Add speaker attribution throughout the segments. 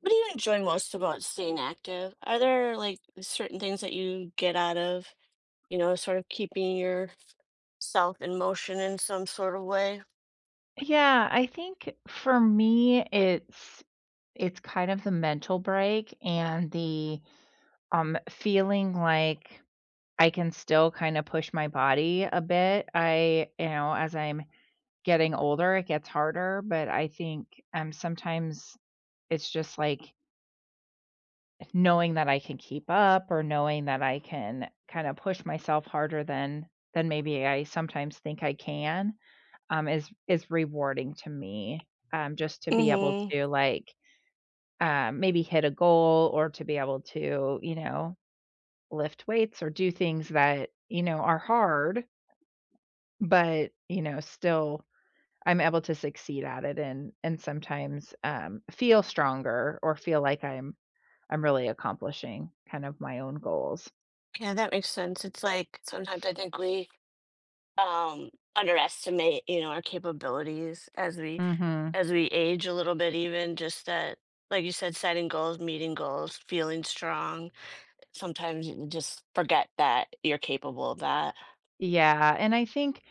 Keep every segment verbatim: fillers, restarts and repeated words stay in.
Speaker 1: What do you enjoy most about staying active? Are there like certain things that you get out of, you know, sort of keeping yourself in motion in some sort of way?
Speaker 2: Yeah, I think for me, it's it's kind of the mental break and the um feeling like I can still kind of push my body a bit. I, you know, as I'm getting older, it gets harder, but I think um sometimes it's just like knowing that I can keep up or knowing that I can kind of push myself harder than than maybe I sometimes think I can, um, is is rewarding to me, um, just to be able
Speaker 1: Hmm.
Speaker 2: to, like, um, maybe hit a goal or to be able to, you know, lift weights or do things that, you know, are hard, but, you know, still I'm able to succeed at it, and and sometimes, um, feel stronger or feel like I'm I'm really accomplishing kind of my own goals.
Speaker 1: Yeah, that makes sense. It's like sometimes I think we um underestimate, you know, our capabilities as we
Speaker 2: Mhm.
Speaker 1: as we age a little bit, even just that, like you said, setting goals, meeting goals, feeling strong. Sometimes you just forget that you're capable of that.
Speaker 2: Yeah, and I think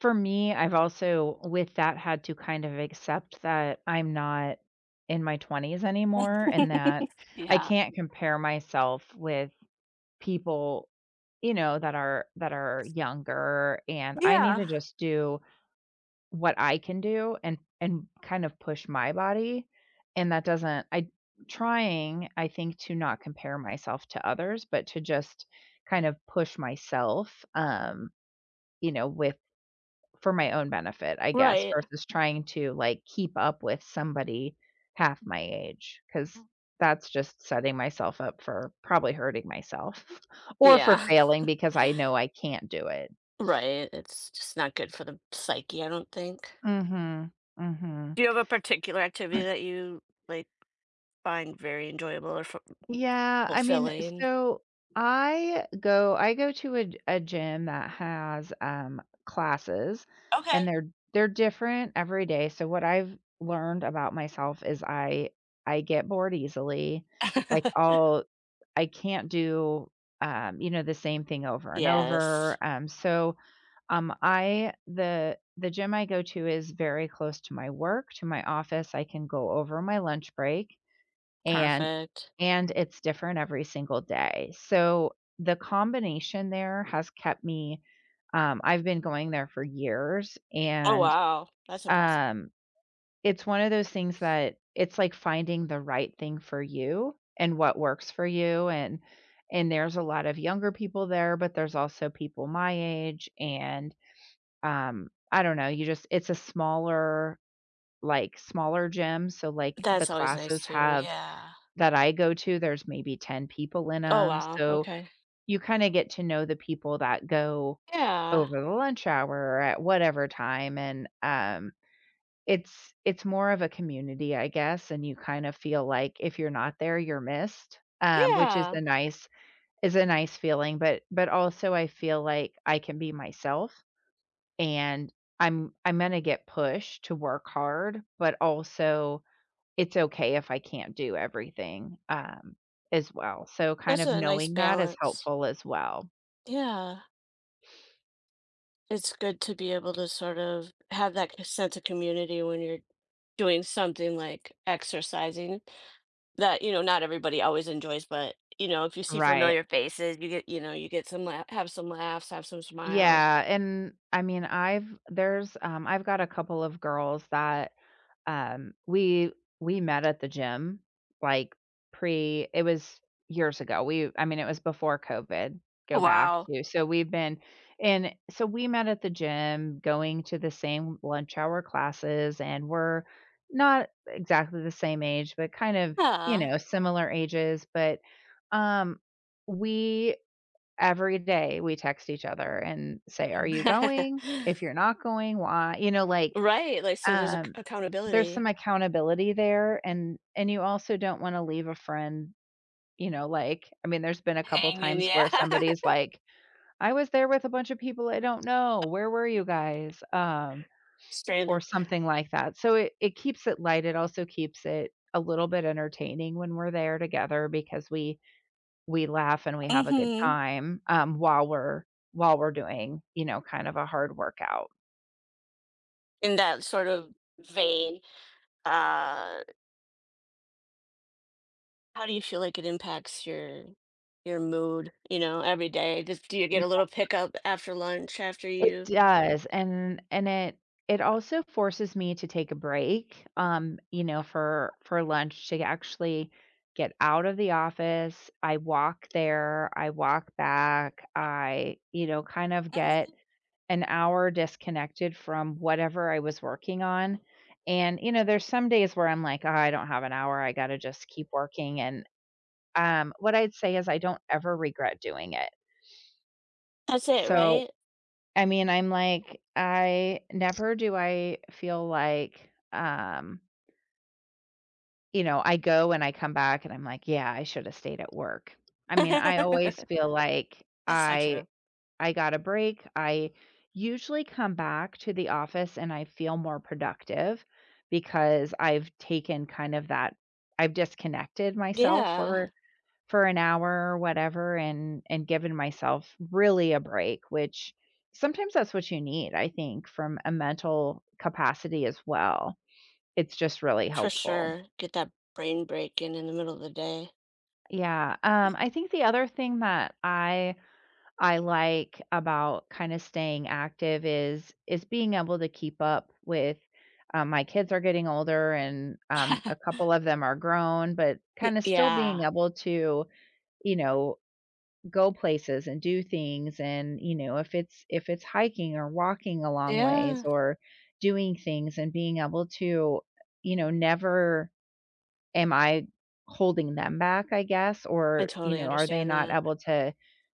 Speaker 2: for me, I've also with that had to kind of accept that I'm not in my twenties anymore, and that I
Speaker 1: Yeah.
Speaker 2: can't compare myself with people, you know, that are that are younger, and I need
Speaker 1: Yeah.
Speaker 2: to just do what I can do and and kind of push my body, and that doesn't I trying, I think, to not compare myself to others, but to just kind of push myself, um you know with for my own benefit, I guess,
Speaker 1: Right.
Speaker 2: versus trying to, like, keep up with somebody half my age, because that's just setting myself up for probably hurting myself or for
Speaker 1: Yeah.
Speaker 2: failing because I know I can't do it.
Speaker 1: Right. It's just not good for the psyche, I don't think.
Speaker 2: Mhm, mhm.
Speaker 1: Do you have a particular activity that you like find very enjoyable or fu-
Speaker 2: Yeah, I mean,
Speaker 1: fulfilling?
Speaker 2: so I go I go to a a gym that has, um, classes, and
Speaker 1: Okay.
Speaker 2: they're they're different every day, so what I've learned about myself is I I get bored easily, like, I'll I can't do, um, you know, the same thing over and over,
Speaker 1: Yes.
Speaker 2: um, so, um, I the the gym I go to is very close to my work, to my office. I can go over my lunch break, and
Speaker 1: Perfect.
Speaker 2: and it's different every single day. So the combination there has kept me, um I've been going there for years,
Speaker 1: Oh
Speaker 2: and,
Speaker 1: wow. That's impressive.
Speaker 2: um, it's one of those things that it's like finding the right thing for you and what works for you, and and there's a lot of younger people there, but there's also people my age, and, um, I don't know, you just it's a smaller, like, smaller gym, so, like, the
Speaker 1: That's always nice
Speaker 2: classes
Speaker 1: too.
Speaker 2: have
Speaker 1: Yeah.
Speaker 2: that I go to, there's maybe ten people in
Speaker 1: Oh
Speaker 2: them,
Speaker 1: wow.
Speaker 2: so
Speaker 1: Okay.
Speaker 2: you kinda get to know the people that go
Speaker 1: Yeah.
Speaker 2: over the lunch hour or at whatever time, and, um, it's it's more of a community, I guess, and you kinda feel like if you're not there, you're missed, um, which is
Speaker 1: Yeah.
Speaker 2: a nice is a nice feeling, but but also I feel like I can be myself, and I'm I'm gonna get pushed to work hard, but also it's okay if I can't do everything, um, as well. So kind
Speaker 1: That's
Speaker 2: of
Speaker 1: a nice
Speaker 2: knowing that is
Speaker 1: balance.
Speaker 2: helpful as well.
Speaker 1: Yeah. It's good to be able to sort of have that c- sense of community when you're doing something like exercising that, you know, not everybody always enjoys, but, you know, if you see
Speaker 2: Right.
Speaker 1: familiar faces, you get, you know, you get some la- have some laughs, have some smiles.
Speaker 2: Yeah, and I mean, I've there's, um I've got a couple of girls that Um, we we met at the gym, like, pre it was years ago. We I mean, it was before COVID, go back
Speaker 1: Wow.
Speaker 2: to so we've been and so we met at the gym, going to the same lunch hour classes, and we're not exactly the same age, but kind of, you
Speaker 1: Yeah.
Speaker 2: know, similar ages, but, um, we every day, we text each other and say, "Are you going? If you're not going, why?" You know, like,
Speaker 1: Right, like, so there's ac-
Speaker 2: um, there's
Speaker 1: accountability.
Speaker 2: some accountability there, and and you also don't wanna leave a friend, you know, like I mean, there's been a couple
Speaker 1: Hanging,
Speaker 2: times
Speaker 1: yeah.
Speaker 2: where somebody's like, "I was there with a bunch of people I don't know. Where were you guys?" Um, or
Speaker 1: Stranded.
Speaker 2: something like that. So it it keeps it light. It also keeps it a little bit entertaining when we're there together because we we laugh and we have a good
Speaker 1: Mm-hmm.
Speaker 2: time, um, while we're while we're doing, you know, kind of a hard workout.
Speaker 1: In that sort of vein, uh how do you feel like it impacts your your mood, you know, every day? Just, do you get a little pickup after lunch after
Speaker 2: It
Speaker 1: you
Speaker 2: does, and and it it also forces me to take a break, um, you know, for for lunch to actually get out of the office. I walk there, I walk back, I, you know, kind of
Speaker 1: hmm
Speaker 2: get an hour disconnected from whatever I was working on. And, you know, there's some days where I'm like, "Oh, I don't have an hour. I gotta just keep working." And, um, what I'd say is I don't ever regret doing it.
Speaker 1: that's it
Speaker 2: So
Speaker 1: right.
Speaker 2: I mean, I'm like, I never do I feel like, um, you know, I go and I come back and I'm like, "Yeah, I should have stayed at work." I mean, I always feel like
Speaker 1: It's so
Speaker 2: I
Speaker 1: true.
Speaker 2: I got a break. I usually come back to the office and I feel more productive because I've taken kind of that I've disconnected myself
Speaker 1: Yeah,
Speaker 2: for for an hour or whatever, and and given myself really a break, which sometimes that's what you need, I think, from a mental capacity as well. It's just really
Speaker 1: for
Speaker 2: helpful.
Speaker 1: sure. Get that brain break in in the middle of the day.
Speaker 2: Yeah. Um, I think the other thing that I I like about kind of staying active is is being able to keep up with um, my kids are getting older, and um, a couple of them are grown, but
Speaker 1: Y-
Speaker 2: kind of still
Speaker 1: yeah.
Speaker 2: being able to, you know, go places and do things and, you know, if it's if it's hiking or walking a long ways
Speaker 1: Yeah.
Speaker 2: or doing things and being able to, you know, never am I holding them back, I guess,
Speaker 1: I
Speaker 2: or, you
Speaker 1: totally
Speaker 2: know, are they
Speaker 1: understand
Speaker 2: not
Speaker 1: that.
Speaker 2: able to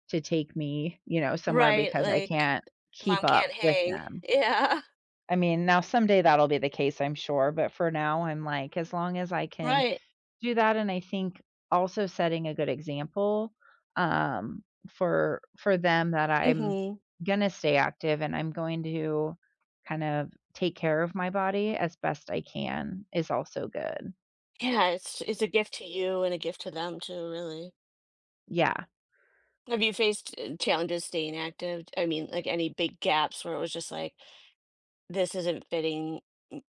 Speaker 2: to take me, you know, somewhere
Speaker 1: Right.
Speaker 2: because I
Speaker 1: Like,
Speaker 2: can't keep
Speaker 1: mom can't
Speaker 2: up with
Speaker 1: hang.
Speaker 2: them.
Speaker 1: Yeah.
Speaker 2: I mean, now someday that'll be the case, I'm sure, but for now, I'm like, as long as I can
Speaker 1: Right.
Speaker 2: do that, and I think also setting a good example, um, for for them, that I'm
Speaker 1: Hmm.
Speaker 2: gonna stay active and I'm going to kind of take care of my body as best I can, is also good.
Speaker 1: Yeah. It's, it's a gift to you and a gift to them, too, really.
Speaker 2: Yeah.
Speaker 1: Have you faced uh, challenges staying active? I mean, like any big gaps where it was just like, this isn't fitting,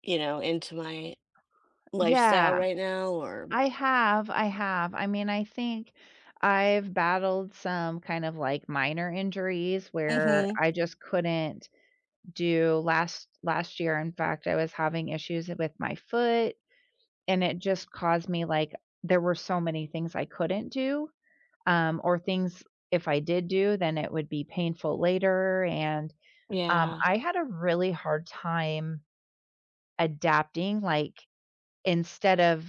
Speaker 1: you know, into my lifestyle
Speaker 2: Yeah.
Speaker 1: right now, or
Speaker 2: I have, I have. I mean, I think I've battled some kind of, like, minor injuries where
Speaker 1: hmm
Speaker 2: I just couldn't do last last year, in fact, I was having issues with my foot, and it just caused me, like, there were so many things I couldn't do, um, or things if I did do, then it would be painful later, and, um,
Speaker 1: yeah.
Speaker 2: I had a really hard time adapting, like, instead of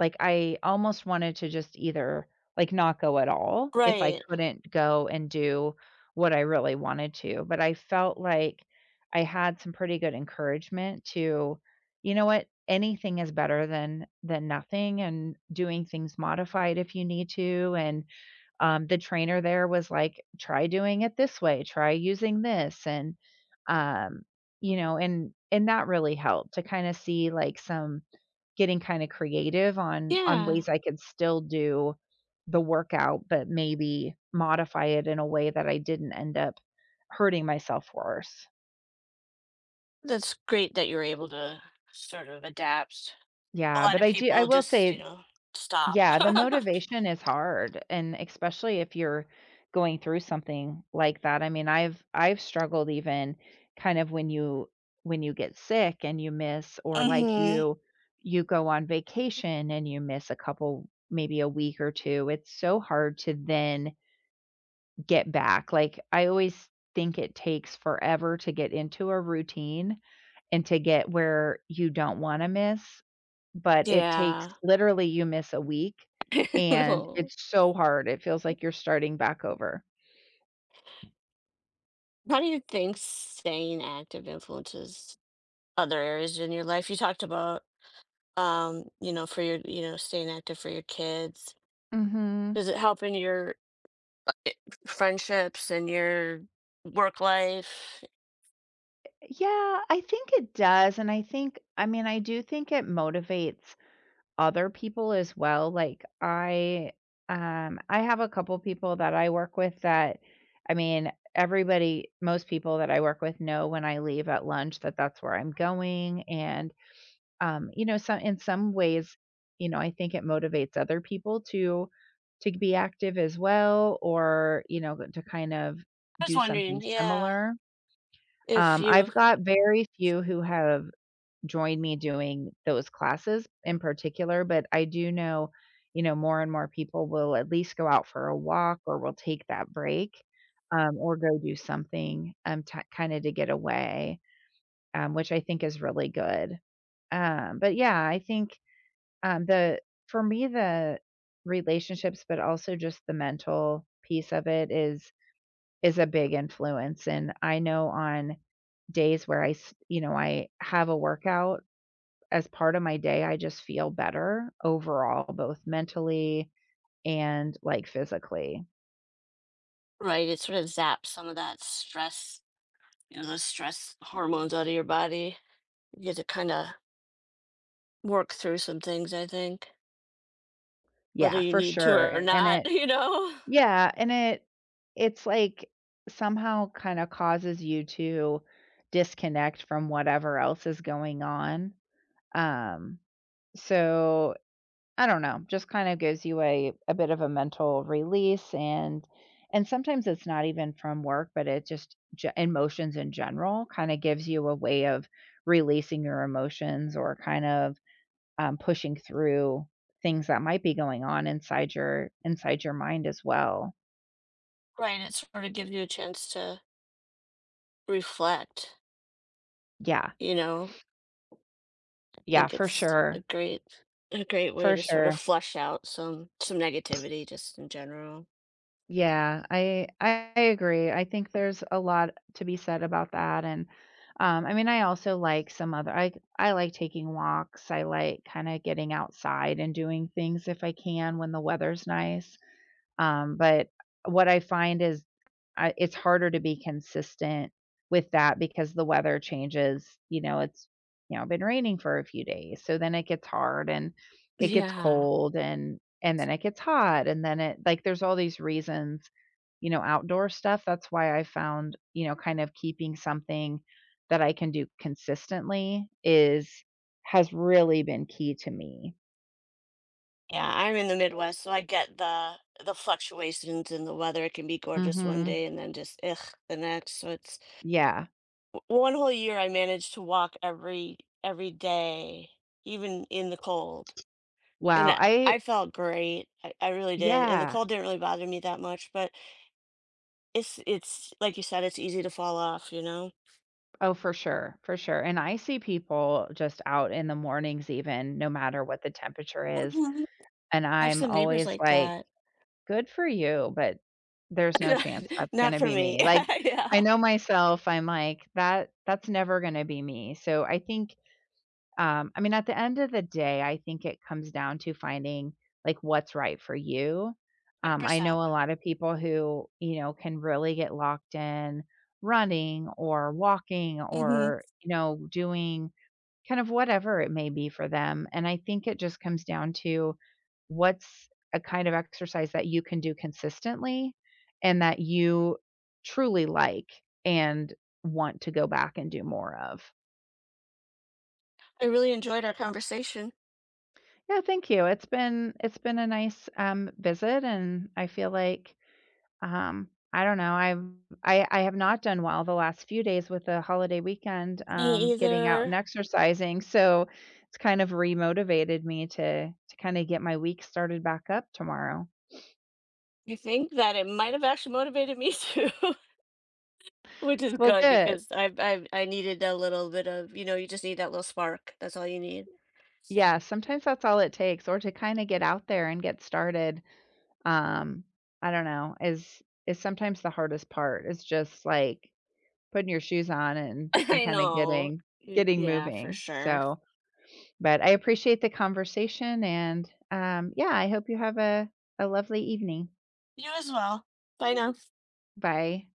Speaker 2: like, I almost wanted to just either, like, not go at all if I
Speaker 1: Right.
Speaker 2: couldn't go and do what I really wanted to, but I felt like I had some pretty good encouragement to, you know what, anything is better than than nothing, and doing things modified if you need to, and um, the trainer there was like, "Try doing it this way, try using this," and, um, you know, and and that really helped to kinda see, like, some getting kinda creative on on
Speaker 1: Yeah.
Speaker 2: ways I could still do the workout, but maybe modify it in a way that I didn't end up hurting myself worse.
Speaker 1: That's great that you're able to sort of adapt. A
Speaker 2: Yeah,
Speaker 1: lot
Speaker 2: but
Speaker 1: of
Speaker 2: I do I
Speaker 1: people
Speaker 2: will
Speaker 1: just, you
Speaker 2: say.
Speaker 1: know, stop.
Speaker 2: Yeah, the motivation is hard, and especially if you're going through something like that. I mean, I've I've struggled even kind of when you when you get sick and you miss, or like
Speaker 1: Hmm.
Speaker 2: you you go on vacation and you miss a couple, maybe a week or two. It's so hard to then get back. Like, I always think it takes forever to get into a routine and to get where you don't want to miss, but it takes,
Speaker 1: Yeah.
Speaker 2: literally, you miss a week, and
Speaker 1: Well,
Speaker 2: it's so hard, it feels like you're starting back over.
Speaker 1: how do you think staying active influences other areas in your life? You talked about, um, you know, for your, you know, staying active for your kids.
Speaker 2: Mhm.
Speaker 1: Does it help in your friendships and your work life?
Speaker 2: Yeah, I think it does, and I think, I mean, I do think it motivates other people as well, like, I, um I have a couple people that I work with that I mean, everybody, most people that I work with, know when I leave at lunch that that's where I'm going, and Um, you know, some in some ways, you know, I think it motivates other people to to be active as well, or, you know, to kind of
Speaker 1: I was
Speaker 2: do
Speaker 1: wondering,
Speaker 2: something
Speaker 1: yeah,
Speaker 2: similar.
Speaker 1: if
Speaker 2: Um,
Speaker 1: you,
Speaker 2: I've got very few who have joined me doing those classes in particular, but I do know, you know, more and more people will at least go out for a walk or will take that break, um, or go do something, um, t- kind of to get away, um, which I think is really good. Um, but yeah, I think um, the for me, the relationships, but also just the mental piece of it, is is a big influence, and I know on days where I, s- you know, I have a workout as part of my day, I just feel better overall, both mentally and, like, physically.
Speaker 1: right, it sort of zaps some of that stress, you know, stress hormones out of your body. You get to kind of work through some things, I think, whether
Speaker 2: Yeah,
Speaker 1: you
Speaker 2: for
Speaker 1: need to
Speaker 2: sure.
Speaker 1: or
Speaker 2: And
Speaker 1: not,
Speaker 2: it,
Speaker 1: you know?
Speaker 2: yeah, and it, it's like somehow kind of causes you to disconnect from whatever else is going on. Um, So, I don't know, just kind of gives you a a bit of a mental release, and and sometimes it's not even from work, but it just ge emotions in general kind of gives you a way of releasing your emotions, or kind of, um, pushing through things that might be going on inside your inside your mind as well.
Speaker 1: Right. It sort of gives you a chance to reflect,
Speaker 2: Yeah.
Speaker 1: you know? I
Speaker 2: Yeah,
Speaker 1: think
Speaker 2: for
Speaker 1: it's a
Speaker 2: sure,
Speaker 1: great a great way
Speaker 2: for
Speaker 1: to sort of
Speaker 2: sure.
Speaker 1: flush out some some negativity just in general.
Speaker 2: Yeah, I I agree. I think there's a lot to be said about that, and, um, I mean, I also like some other I I like taking walks, I like kinda getting outside and doing things if I can when the weather's nice. Um, but what I find is I it's harder to be consistent with that because the weather changes, you know, it's, you know, been raining for a few days, so then it gets hard and it gets
Speaker 1: Yeah.
Speaker 2: cold, and and then it gets hot, and then it like there's all these reasons, you know, outdoor stuff. That's why I found, you know, kind of keeping something that I can do consistently is has really been key to me.
Speaker 1: Yeah, I'm in the Midwest, so I get the the fluctuations in the weather. It can be gorgeous one
Speaker 2: Mhm.
Speaker 1: day and then just ugh the next. So it's
Speaker 2: Yeah.
Speaker 1: one whole year I managed to walk every every day, even in the cold. And
Speaker 2: Wow.
Speaker 1: I
Speaker 2: I
Speaker 1: I felt great. I, I really did. And the
Speaker 2: yeah.
Speaker 1: cold didn't really bother me that much, but it's it's like you said, it's easy to fall off, you know?
Speaker 2: Oh, for sure, for sure, and I see people just out in the mornings even, no matter what the temperature is,
Speaker 1: Mhm.
Speaker 2: and
Speaker 1: I have
Speaker 2: I'm
Speaker 1: some neighbors
Speaker 2: always
Speaker 1: like
Speaker 2: like,
Speaker 1: that.
Speaker 2: "Good for you," but there's no chance that's
Speaker 1: Not
Speaker 2: gonna
Speaker 1: for
Speaker 2: be
Speaker 1: me.
Speaker 2: me, like, I
Speaker 1: Yeah.
Speaker 2: know myself, I'm like, "That that's never gonna be me," so I think, um, I mean, at the end of the day, I think it comes down to finding, like, what's right for you. Um, I know
Speaker 1: one hundred percent.
Speaker 2: a lot of people who, you know, can really get locked in running or walking
Speaker 1: Hmm.
Speaker 2: or, you know, doing kind of whatever it may be for them, and I think it just comes down to what's a kind of exercise that you can do consistently and that you truly like and want to go back and do more of.
Speaker 1: I really enjoyed our conversation.
Speaker 2: Yeah, thank you. It's been it's been a nice, um, visit, and I feel like, um, I don't know, I've I I have not done well the last few days with the holiday weekend,
Speaker 1: Me
Speaker 2: um, getting out and
Speaker 1: either.
Speaker 2: exercising, so it's kind of remotivated me to to kinda get my week started back up tomorrow.
Speaker 1: I think that it might have actually motivated me too. Which is
Speaker 2: Well,
Speaker 1: good
Speaker 2: good.
Speaker 1: because I've I've I needed a little bit of, you know, you just need that little spark. That's all you need.
Speaker 2: Yeah, sometimes that's all it takes, or to kinda get out there and get started, um, I don't know, is is sometimes the hardest part. It's just, like, putting your shoes on and and
Speaker 1: I
Speaker 2: kinda
Speaker 1: know.
Speaker 2: getting
Speaker 1: Y-
Speaker 2: getting
Speaker 1: Yeah, for
Speaker 2: moving,
Speaker 1: sure.
Speaker 2: so but I appreciate the conversation, and, um, yeah, I hope you have a a lovely evening.
Speaker 1: You as well. Bye now.
Speaker 2: Bye.